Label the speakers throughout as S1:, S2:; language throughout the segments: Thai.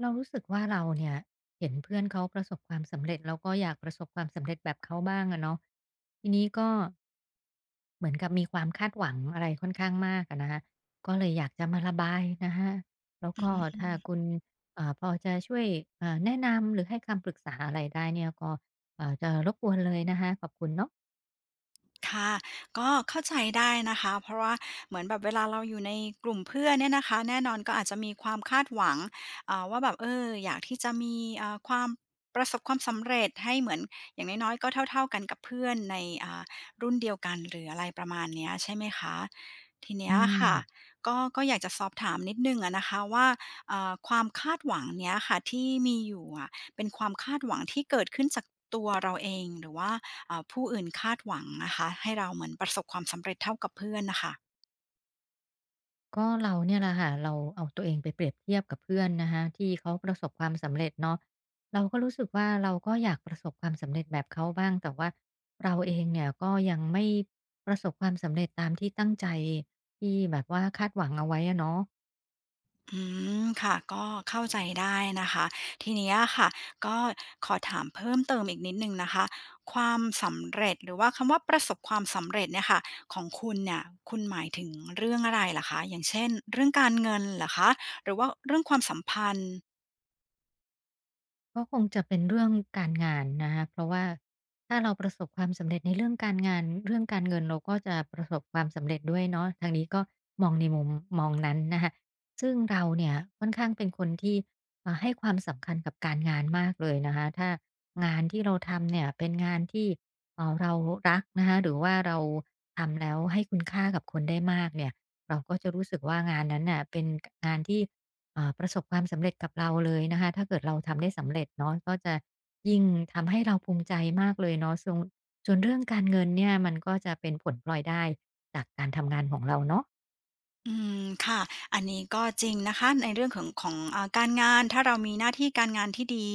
S1: เรารู้สึกว่าเราเนี่ยเห็นเพื่อนเขาประสบความสำเร็จเราก็อยากประสบความสำเร็จแบบเขาบ้างอะเนาะทีนี้ก็เหมือนกับมีความคาดหวังอะไรค่อนข้างมากอะนะคะก็เลยอยากจะมาระบายนะคะแล้วก็ถ้าคุณพอจะช่วยแนะนำหรือให้คำปรึกษาอะไรได้เนี่ยก็จะรบกวนเลยนะคะขอบคุณเนาะ
S2: ค่ะก็เข้าใจได้นะคะเพราะว่าเหมือนแบบเวลาเราอยู่ในกลุ่มเพื่อนเนี่ยนะคะแน่นอนก็อาจจะมีความคาดหวังว่าแบบเอออยากที่จะมีความประสบความสำเร็จให้เหมือนอย่างน้อยๆก็เท่าๆกันกับเพื่อนในอ่ารุ่นเดียวกันหรืออะไรประมาณเนี้ยใช่ไหมคะทีเนี้
S1: อื
S2: ยค่ะ
S1: ม
S2: ก็อยากจะสอบถามนิดนึงอะนะคะว่าความคาดหวังเนี้ยค่ะที่มีอยู่อะเป็นความคาดหวังที่เกิดขึ้นจากตัวเราเองหรือว่า ผู้อื่นคาดหวังนะคะให้เราเหมือนประสบความสำเร็จเท่ากับเพื่อนน่ะค่ะ
S1: ก็เราเนี่ยแหละค่ะเราเอาตัวเองไปเปรียบเทียบกับเพื่อนนะคะที่เขาประสบความสำเร็จเนาะเราก็รู้สึกว่าเราก็อยากประสบความสำเร็จแบบเขาบ้างแต่ว่าเราเองเนี่ยก็ยังไม่ประสบความสำเร็จตามที่ตั้งใจที่แบบว่าคาดหวังเอาไว้อะเนาะ
S2: อืค่ะก็เข้าใจได้นะคะทีเนี้ยค่ะก็ขอถามเพิ่มเติมอีกนิดหนึ่งนะคะความสำเร็จหรือว่าคำว่าประสบความสำเร็จเนี่ยค่ะของคุณเนี่ยคุณหมายถึงเรื่องอะไรเหรอคะอย่างเช่นเรื่องการเงินเหรอคะหรือว่าเรื่องความสัมพันธ์
S1: ก็คงจะเป็นเรื่องการงานนะคะเพราะว่าถ้าเราประสบความสำเร็จในเรื่องการงานเรื่องการเงินเราก็จะประสบความสำเร็จด้วยเนาะทางนี้ก็มองในมุมมองนั้นนะคะซึ่งเราเนี่ยค่อนข้างเป็นคนที่ให้ความสำคัญกับการงานมากเลยนะคะถ้างานที่เราทำเนี่ยเป็นงานที่เรารักนะคะหรือว่าเราทำแล้วให้คุณค่ากับคนได้มากเนี่ยเราก็จะรู้สึกว่างานนั้นน่ะเป็นกงานที่ ประสบความสำเร็จกับเราเลยนะคะถ้าเกิดเราทำได้สำเร็จเนาะก็จะยิ่งทำให้เราภูมิใจมากเลยเนาะส่วนเรื่องการเงินเนี่ยมันก็จะเป็นผลพลอยได้จากการทำงานของเราเนาะ
S2: อืค่ะอันนี้ก็จริงนะคะในเรื่องของการงานถ้าเรามีหน้าที่การงานที่ดี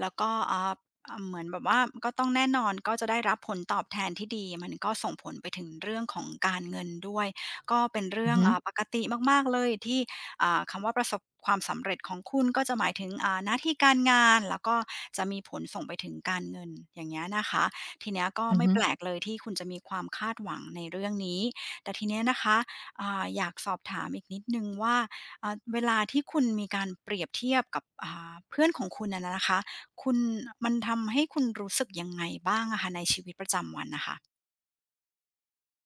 S2: แล้วก็เหมือนแบบว่าก็ต้องแน่นอนก็จะได้รับผลตอบแทนที่ดีมันก็ส่งผลไปถึงเรื่องของการเงินด้วยก็เป็น
S1: อื
S2: เรื่
S1: อ
S2: อง
S1: ฮึ
S2: ปกติมากๆเลยที่คำว่าประสบความสำเร็จของคุณก็จะหมายถึงหน้าที่การงานแล้วก็จะมีผลส่งไปถึงการเงินอย่างเงี้ยนะคะทีเนี้ยก็
S1: อือ
S2: ไม่
S1: ฮึ
S2: แปลกเลยที่คุณจะมีความคาดหวังในเรื่องนี้แต่ทีเนี้ยนะคะ อยากสอบถามอีกนิดหนึ่งว่าเวลาที่คุณมีการเปรียบเทียบกับเพื่อนของคุณอะนะคะคุณมันทำให้คุณรู้สึกยังไงบ้างอะคะในชีวิตประจำวันนะคะ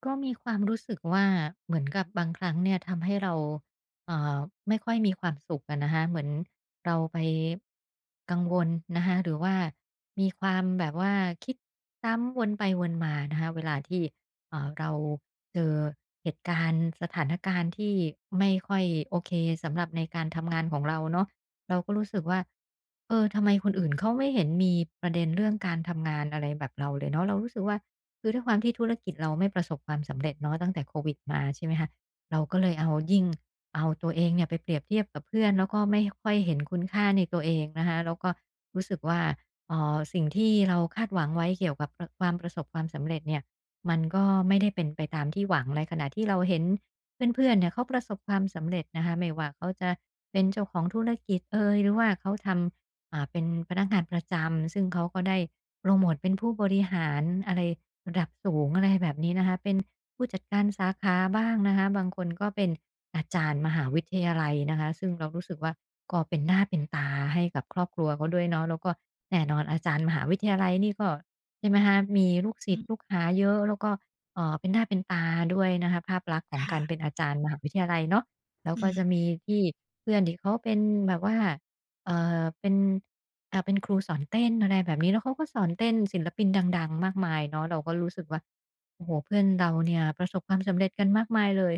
S1: ก็มีความรู้สึกว่าเหมือนกับบางครั้งเนี่ยทำให้เราเอ่อไม่ค่อยมีความสุขอะนะคะเหมือนเราไปกังวลนะคะหรือว่ามีความแบบว่าคิดซ้ำวนไปวนมานะคะเวลาที่เราเจอเหตุการณ์สถานการณ์ที่ไม่ค่อยโอเคสำหรับในการทำงานของเราเนาะเราก็รู้สึกว่าเออทำไมคนอื่นเขาไม่เห็นมีประเด็นเรื่องการทำงานอะไรแบบเราเลยเนาะเรารู้สึกว่า คือด้วยความที่ธุรกิจเราไม่ประสบความสำเร็จเนาะตั้งแต่โควิดมาใช่ไหมคะเราก็เลยเอายิ่งเอาตัวเองเนี่ยไปเปรียบเทียบกับเพื่อนแล้วก็ไม่ค่อยเห็นคุณค่าในตัวเองนะคะแล้วก็รู้สึกว่าสิ่งที่เราคาดหวังไว้เกี่ยวกับรความประสบความสำเร็จเนี่ยมันก็ไม่ได้เป็นไปตามที่หวังในขณะที่เราเห็นเพื่อนๆเนี่ยเขาประสบความสำเร็จนะคะไม่ว่าเขาจะเป็นเจ้าของธุรกิจเอยหรือว่าเขาทำเป็นพนักงานประจำซึ่งเขาก็ได้โพรโมตเป็นผู้บริหารอะไร เป็นผู้จัดการสาขาบ้างนะคะบางคนก็เป็นอาจารย์มหาวิทยาลัยนะคะซึ่งเรารู้สึกว่าก็เป็นหน้าเป็นตาให้กับครอบครัวเขาด้วยเนาะแล้วก็แน่นอนอาจารย์มหาวิทยาลัยนี่ก็ใช่ไหมคะมีลูกศิ
S2: อื
S1: ษย์ลูก
S2: ม
S1: หาเยอะแล้วก็เป็นหน้าเป็นตาด้วยนะคะภาพลักษณ์ของกา
S2: ค่ะ
S1: รเป็นอาจารย์มหาวิทยาลัยเนาะแล้วก็จะมีที่เพื่อนที่เขาเป็นแบบว่าเป็นเป็นครูสอนเต้นอะไรแบบนี้แล้วเขาก็สอนเต้นศิลปินดังๆมากมายเนาะเราก็รู้สึกว่า โอ้โหเพื่อนเราเนี่ยประสบความสำเร็จกันมากมายเลย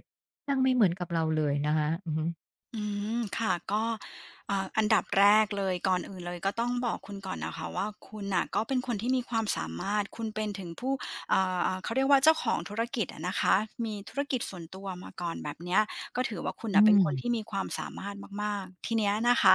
S1: นั่งไม่เหมือนกับเราเลยนะคะอือฮึ
S2: อืค่ะก็อันดับแรกเลยก่อนอื่นเลยก็ต้องบอกคุณก่อนนะค่ะว่าคุณน่ะก็เป็นคนที่มีความสามารถคุณเป็นถึงผู้เขาเรียกว่าเจ้าของธุรกิจอะนะคะมีธุรกิจส่วนตัวมาก่อนแบบเนี้ยก็ถือว่าคุณ
S1: อื
S2: น่ะเป็นคน
S1: ม
S2: ที่มีความสามารถมากๆทีเนี้ยนะคะ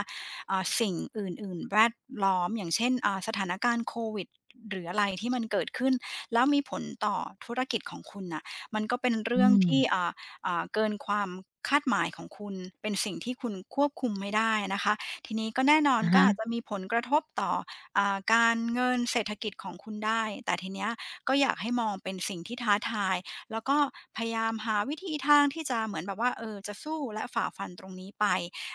S2: สิ่งอื่นๆแวดล้อมอย่างเช่นสถานการณ์โควิดหรืออะไรที่มันเกิดขึ้นแล้วมีผลต่อธุรกิจของคุณน่ะมันก็เป็น
S1: อื
S2: เรื่อง
S1: ม
S2: ที่เกินความคาดหมายของคุณเป็นสิ่งที่คุณควบคุมไม่ได้นะคะทีนี้ก็แน่นอน
S1: อะ
S2: ก็
S1: ฮะ
S2: อาจจะมีผลกระทบต่อการเงินเศรษฐกิจของคุณได้แต่ทีเนี้ยก็อยากให้มองเป็นสิ่งที่ท้าทายแล้วก็พยายามหาวิธีทางที่จะเหมือนแบบว่าเออจะสู้และฝ่าฟันตรงนี้ไป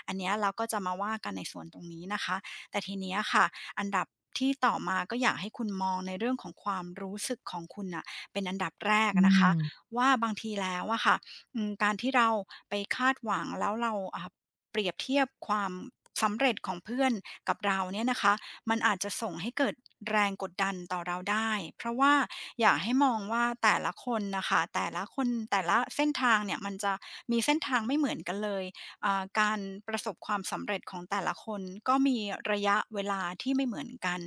S2: อันเนี้ยเราก็จะมาว่ากันในส่วนตรงนี้นะคะแต่ทีเนี้ยค่ะอันดับที่ต่อมาก็อยากให้คุณมองในเรื่องของความรู้สึกของคุณน่ะเป็นอันดับแรก
S1: อื
S2: นะคะ
S1: ม
S2: ว่าบางทีแล้วอะค่ะ อืมการที่เราไปคาดหวังแล้วเราเปรียบเทียบความสำเร็จของเพื่อนกับเราเนี่ยนะคะมันอาจจะส่งให้เกิดแรงกดดันต่อเราได้เพราะว่าอยากให้มองว่าแต่ละคนนะคะแต่ละคนแต่ละเส้นทางเนี่ยมันจะมีเส้นทางไม่เหมือนกันเลยการประสบความสำเร็จของแต่ละคนก็มีระยะเวลาที่ไม่เหมือนกัน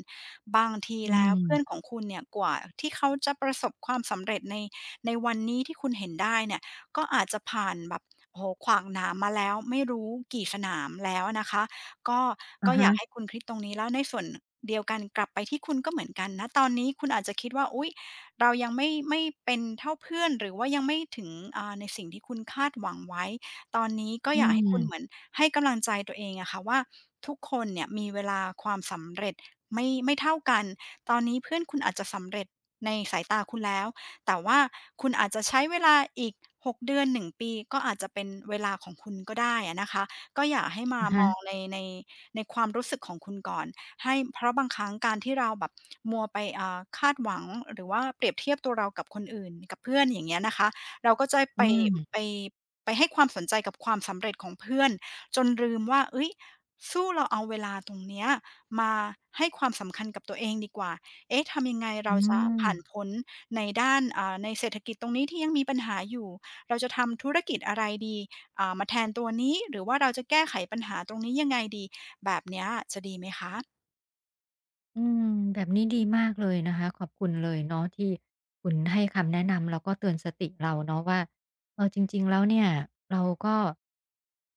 S2: บางที
S1: อื
S2: แล้ว
S1: ม
S2: เพื่อนของคุณเนี่ยกว่าที่เขาจะประสบความสำเร็จในวันนี้ที่คุณเห็นได้เนี่ย ก็อาจจะผ่านแบบโอ้โฮขวากหนามมาแล้วไม่รู้กี่สนามแล้วนะคะก็
S1: อะ
S2: ก็อ
S1: ฮะ
S2: ยากให้คุณคิดตรงนี้แล้วในส่วนเดียวกันกลับไปที่คุณก็เหมือนกันนะตอนนี้คุณอาจจะคิดว่าอุ๊ยเรายังไม่เป็นเท่าเพื่อนหรือว่ายังไม่ถึงในสิ่งที่คุณคาดหวังไว้ตอนนี้ก็
S1: อื
S2: อยากให้คุณเหมือน
S1: ม
S2: ให้กำลังใจตัวเองอะค่ะว่าทุกคนเนี่ยมีเวลาความสำเร็จไม่เท่ากันตอนนี้เพื่อนคุณอาจจะสำเร็จในสายตาคุณแล้ว แต่ว่าคุณอาจจะใช้เวลาอีก6 เดือน 1 ปีก็อาจจะเป็นเวลาของคุณก็ได้อะนะคะก็อย่าให้มา
S1: อะ
S2: ม
S1: ฮะ
S2: องในในความรู้สึกของคุณก่อนให้เพราะบางครั้งการที่เราแบบมัวไปคาดหวังหรือว่าเปรียบเทียบตัวเรากับคนอื่นกับเพื่อนอย่างเงี้ยนะคะเราก็จะ
S1: อื
S2: ไป
S1: ม
S2: ไปไปให้ความสนใจกับความสำเร็จของเพื่อนจนลืมว่าเฮ้ยสู้เราเอาเวลาตรงเนี้ยมาให้ความสำคัญกับตัวเองดีกว่าเอ๊ะทำยังไง
S1: อื
S2: เราจะผ่าน
S1: ม
S2: พ้น ในด้านในเศรษฐกิจตรงนี้ที่ยังมีปัญหาอยู่เราจะทำธุรกิจอะไรดีมาแทนตัวนี้หรือว่าเราจะแก้ไขปัญหาตรงนี้ยังไงดีแบบเนี้ยจะดีไหมคะ
S1: อืมแบบนี้ดีมากเลยนะคะขอบคุณเลยเนาะที่คุณให้คำแนะนำแล้วก็เตือนสติเราเนาะว่าเออจริงๆแล้วเนี่ยเราก็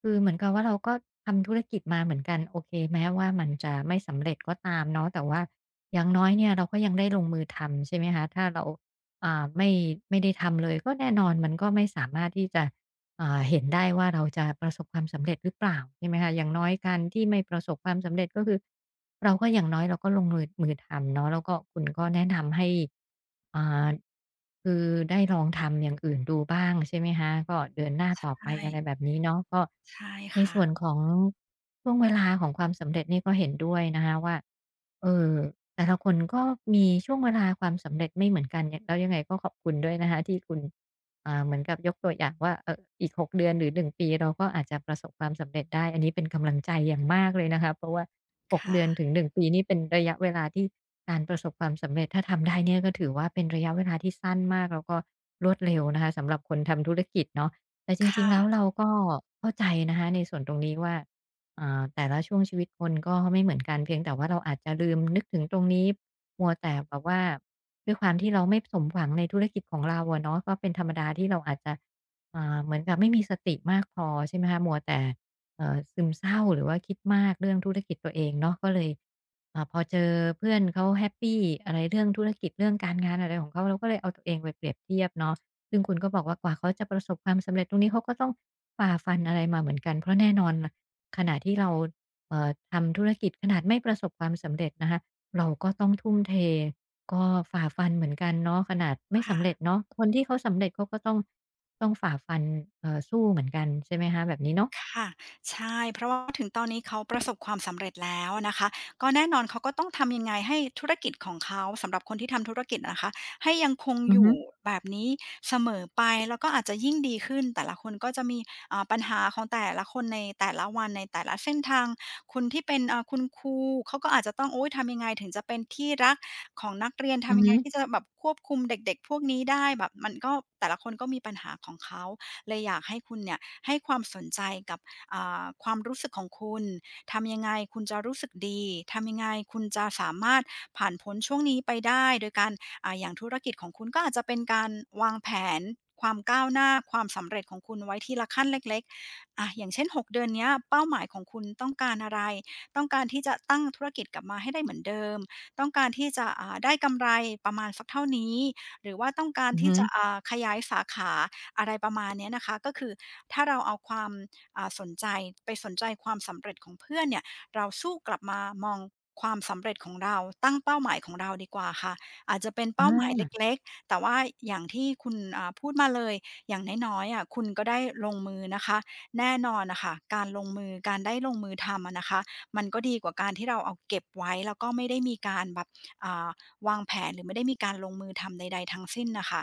S1: คือเหมือนกับว่าเราก็ทำธุรกิจมาเหมือนกันโอเคแม้ว่ามันจะไม่สำเร็จก็ตามเนาะแต่ว่าอย่างน้อยเนี่ยเราก็ยังได้ลงมือทำใช่ไหมคะถ้าเราไม่ได้ทำเลยก็แน่นอนมันก็ไม่สามารถที่จะ เห็นได้ว่าเราจะประสบความสำเร็จหรือเปล่าใช่ไหมคะอย่างน้อยการที่ไม่ประสบความสำเร็จก็คือเราก็อย่างน้อยเราก็ลงมือทำเนาะแล้วก็คุณก็แนะนำให้อ่าคือได้ลองทำอย่างอื่นดูบ้างใช่ไหมคะก็เดินหน้าต่อไป
S2: ใช่
S1: อะไรแบบนี้เนาะก็
S2: ใช่
S1: ใน
S2: ค่ะ
S1: ส่วนของช่วงเวลาของความสำเร็จนี่ก็เห็นด้วยนะคะว่าเออแต่ละคนก็มีช่วงเวลาความสำเร็จไม่เหมือนกันแล้วยังไงก็ขอบคุณด้วยนะคะที่คุณ เหมือนกับยกตัวอย่างว่าเอออีก6เดือนหรือ1ปีเราก็อาจจะประสบความสำเร็จได้อันนี้เป็นกำลังใจอย่างมากเลยนะคะเพราะว่าหกเดือน
S2: ค่ะ
S1: ถึงหนึ่งปีนี่เป็นระยะเวลาที่การประสบความสำเร็จถ้าทำได้เนี่ยก็ถือว่าเป็นระยะเวลาที่สั้นมากแล้วก็รวดเร็วนะคะสำหรับคนทำธุรกิจเนาะแต่จ
S2: ค
S1: ริงๆแล้ว
S2: ่ะ
S1: เราก็เข้าใจนะคะในส่วนตรงนี้ว่า แต่ละช่วงชีวิตคนก็ไม่เหมือนกันเพียงแต่ว่าเราอาจจะลืมนึกถึงตรงนี้มัวแต่แบบว่าด้วยความที่เราไม่สมหวังในธุรกิจของเราอะเนาะก็เป็นธรรมดาที่เราอาจจะเหมือนกับไม่มีสติมากพอใช่ไหมคะมัวแต่ซึมเศร้าหรือว่าคิดมากเรื่องธุรกิจตัวเองเนาะก็เลยพอเจอเพื่อนเขาแฮปปีอะไรเรื่องธุรกิจเรื่องการงานอะไรของเขาเราก็เลยเอาตัวเองไปเปรียบเทียบเนาะซึ่งคุณก็บอกว่ากว่าเขาจะประสบความสำเร็จตรงนี้เขาก็ต้องฝ่าฟันอะไรมาเหมือนกันเพราะแน่นอน ขณะที่เราทำธุรกิจขนาดไม่ประสบความสำเร็จนะคะเราก็ต้องทุ่มเทก็ฝ่าฟันเหมือนกันเนาะขนาดไม่สำเร็จ
S2: ค่ะ
S1: เนาะคนที่เขาสำเร็จเขาก็ต้องฝ่าฟันสู้เหมือนกันใช่ไหมคะแบบนี้เนาะ
S2: ค่ะใช่เพราะว่าถึงตอนนี้เขาประสบความสำเร็จแล้วนะคะก็แน่นอนเขาก็ต้องทำยังไงให้ธุรกิจของเขาสำหรับคนที่ทำธุรกิจนะคะให้ยังคง
S1: อื
S2: อ
S1: อฮึ
S2: ยู่แบบนี้เสมอไปแล้วก็อาจจะยิ่งดีขึ้นแต่ละคนก็จะมีปัญหาของแต่ละคนในแต่ละวันในแต่ละเส้นทางคนที่เป็นคุณครูเขาก็อาจจะต้องโอ๊ยทำยังไงถึงจะเป็นที่รักของนักเรียน
S1: อือ
S2: ทำยัง
S1: ฮึ
S2: ไงที่จะแบบควบคุมเด็กๆพวกนี้ได้แบบมันก็แต่ละคนก็มีปัญหาของเขา เลยอยากให้คุณเนี่ยให้ความสนใจกับความรู้สึกของคุณ ทำยังไงคุณจะรู้สึกดี ทำยังไงคุณจะสามารถผ่านพ้นช่วงนี้ไปได้ โดยการอาอย่างธุรกิจของคุณก็อาจจะเป็นการวางแผนความก้าวหน้าความสำเร็จของคุณไว้ทีละขั้นเล็กๆอะอย่างเช่น 6 เดือนเนี้ยเป้าหมายของคุณต้องการอะไรต้องการที่จะตั้งธุรกิจกลับมาให้ได้เหมือนเดิมต้องการที่จะได้กำไรประมาณสักเท่านี้หรือว่าต้องการ
S1: อือ
S2: ที่
S1: ฮึ
S2: จะขยายสาขา อะไรประมาณเนี้ยนะคะก็คือถ้าเราเอาความสนใจไปสนใจความสำเร็จของเพื่อนเนี่ยเราสู้กลับมามองความสำเร็จของเราตั้งเป้าหมายของเราดีกว่าค่ะอาจจะเป็น
S1: อ
S2: เป้าหมาย
S1: า
S2: เล็กๆแต่ว่าอย่างที่คุณพูดมาเลยอย่างน้อยๆอะคุณก็ได้ลงมือนะคะแน่นอนน่ะค่ะการลงมือการได้ลงมือทำอะนะคะมันก็ดีกว่าการที่เราเอาเก็บไว้แล้วก็ไม่ได้มีการแบบอ่าวางแผนหรือไม่ได้มีการลงมือทำใดๆทั้งสิ้นน่ะค่ะ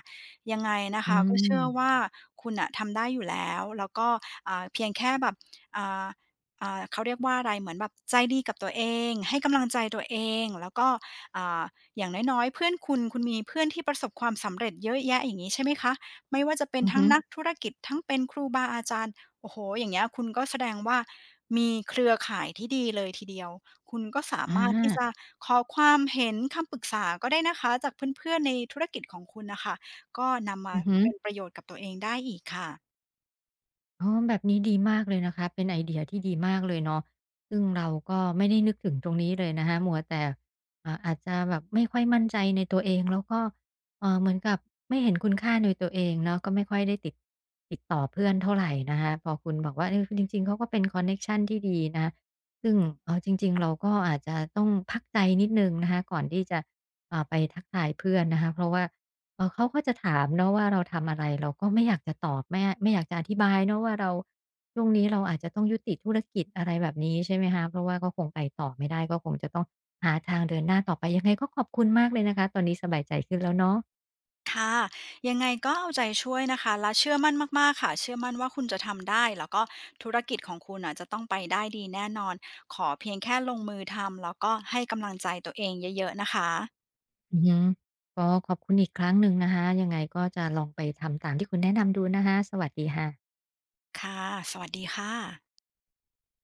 S2: ยังไงนะ
S1: อื
S2: คะ
S1: ม
S2: ก็เชื่อว่าคุณน่ะทำได้อยู่แล้วแล้วก็เพียงแค่แบบอ่าเขาเรียกว่าอะไรเหมือนแบบใจดีกับตัวเองให้กำลังใจตัวเองแล้วก็อ่าอย่างน้อยๆเพื่อนคุณคุณมีเพื่อนที่ประสบความสำเร็จเยอะแยะอย่างงี้ใช่ไหมคะไม่ว่าจะเป็น
S1: อือ
S2: ทั้ง
S1: ฮึ
S2: นักธุรกิจทั้งเป็นครูบาอาจารย์โอ้โฮอย่างเงี้ยคุณก็แสดงว่ามีเครือข่ายที่ดีเลยทีเดียวคุณก็สา
S1: อา
S2: มารถที่จะขอความเห็นคำปรึกษาก็ได้นะคะจากเพื่อนๆในธุรกิจของคุณน่ะค่ะ ก็นำมา
S1: อือฮึ
S2: เป็นประโยชน์กับตัวเองได้อีกค่ะ
S1: อ๋อแบบนี้ดีมากเลยนะคะเป็นไอเดียที่ดีมากเลยเนาะซึ่งเราก็ไม่ได้นึกถึงตรงนี้เลยนะคะมัวแต่อาจจะแบบไม่ค่อยมั่นใจในตัวเองแล้วก็เหมือนกับไม่เห็นคุณค่าในตัวเองเนาะก็ไม่ค่อยได้ติดต่อเพื่อนเท่าไรนะคะพอคุณบอกว่าเออจริงๆเขาก็เป็นคอนเน็กชันที่ดีนะคะซึ่งจริงๆเราก็อาจจะต้องพักใจนิดหนึ่งนะคะก่อนที่จะไปทักทายเพื่อนนะคะเพราะว่า เออเขาก็จะถามเนาะว่าเราทำอะไรเราก็ไม่อยากจะตอบไม่อยากจะอธิบายเนาะว่าเราช่วงนี้เราอาจจะต้องยุติธุรกิจอะไรแบบนี้ใช่ไหมคะเพราะว่าก็คงไปต่อไม่ได้ก็คงจะต้องหาทางเดินหน้าต่อไปยังไงก็ขอบคุณมากเลยนะคะตอนนี้สบายใจขึ้นแล้วเนาะ
S2: ค่ะยังไงก็เอาใจช่วยนะคะและเชื่อมั่นมากๆค่ะเชื่อมั่นว่าคุณจะทำได้แล้วก็ธุรกิจของคุณน่ะจะต้องไปได้ดีแน่นอนขอเพียงแค่ลงมือทำแล้วก็ให้กำลังใจตัวเองเยอะๆนะคะ
S1: อือฮึก็ขอบคุณอีกครั้งหนึ่งนะคะยังไงก็จะลองไปทำตามที่คุณแนะนำดูนะคะสวัสดีค่ะ
S2: ค่ะสวัสดีค่ะ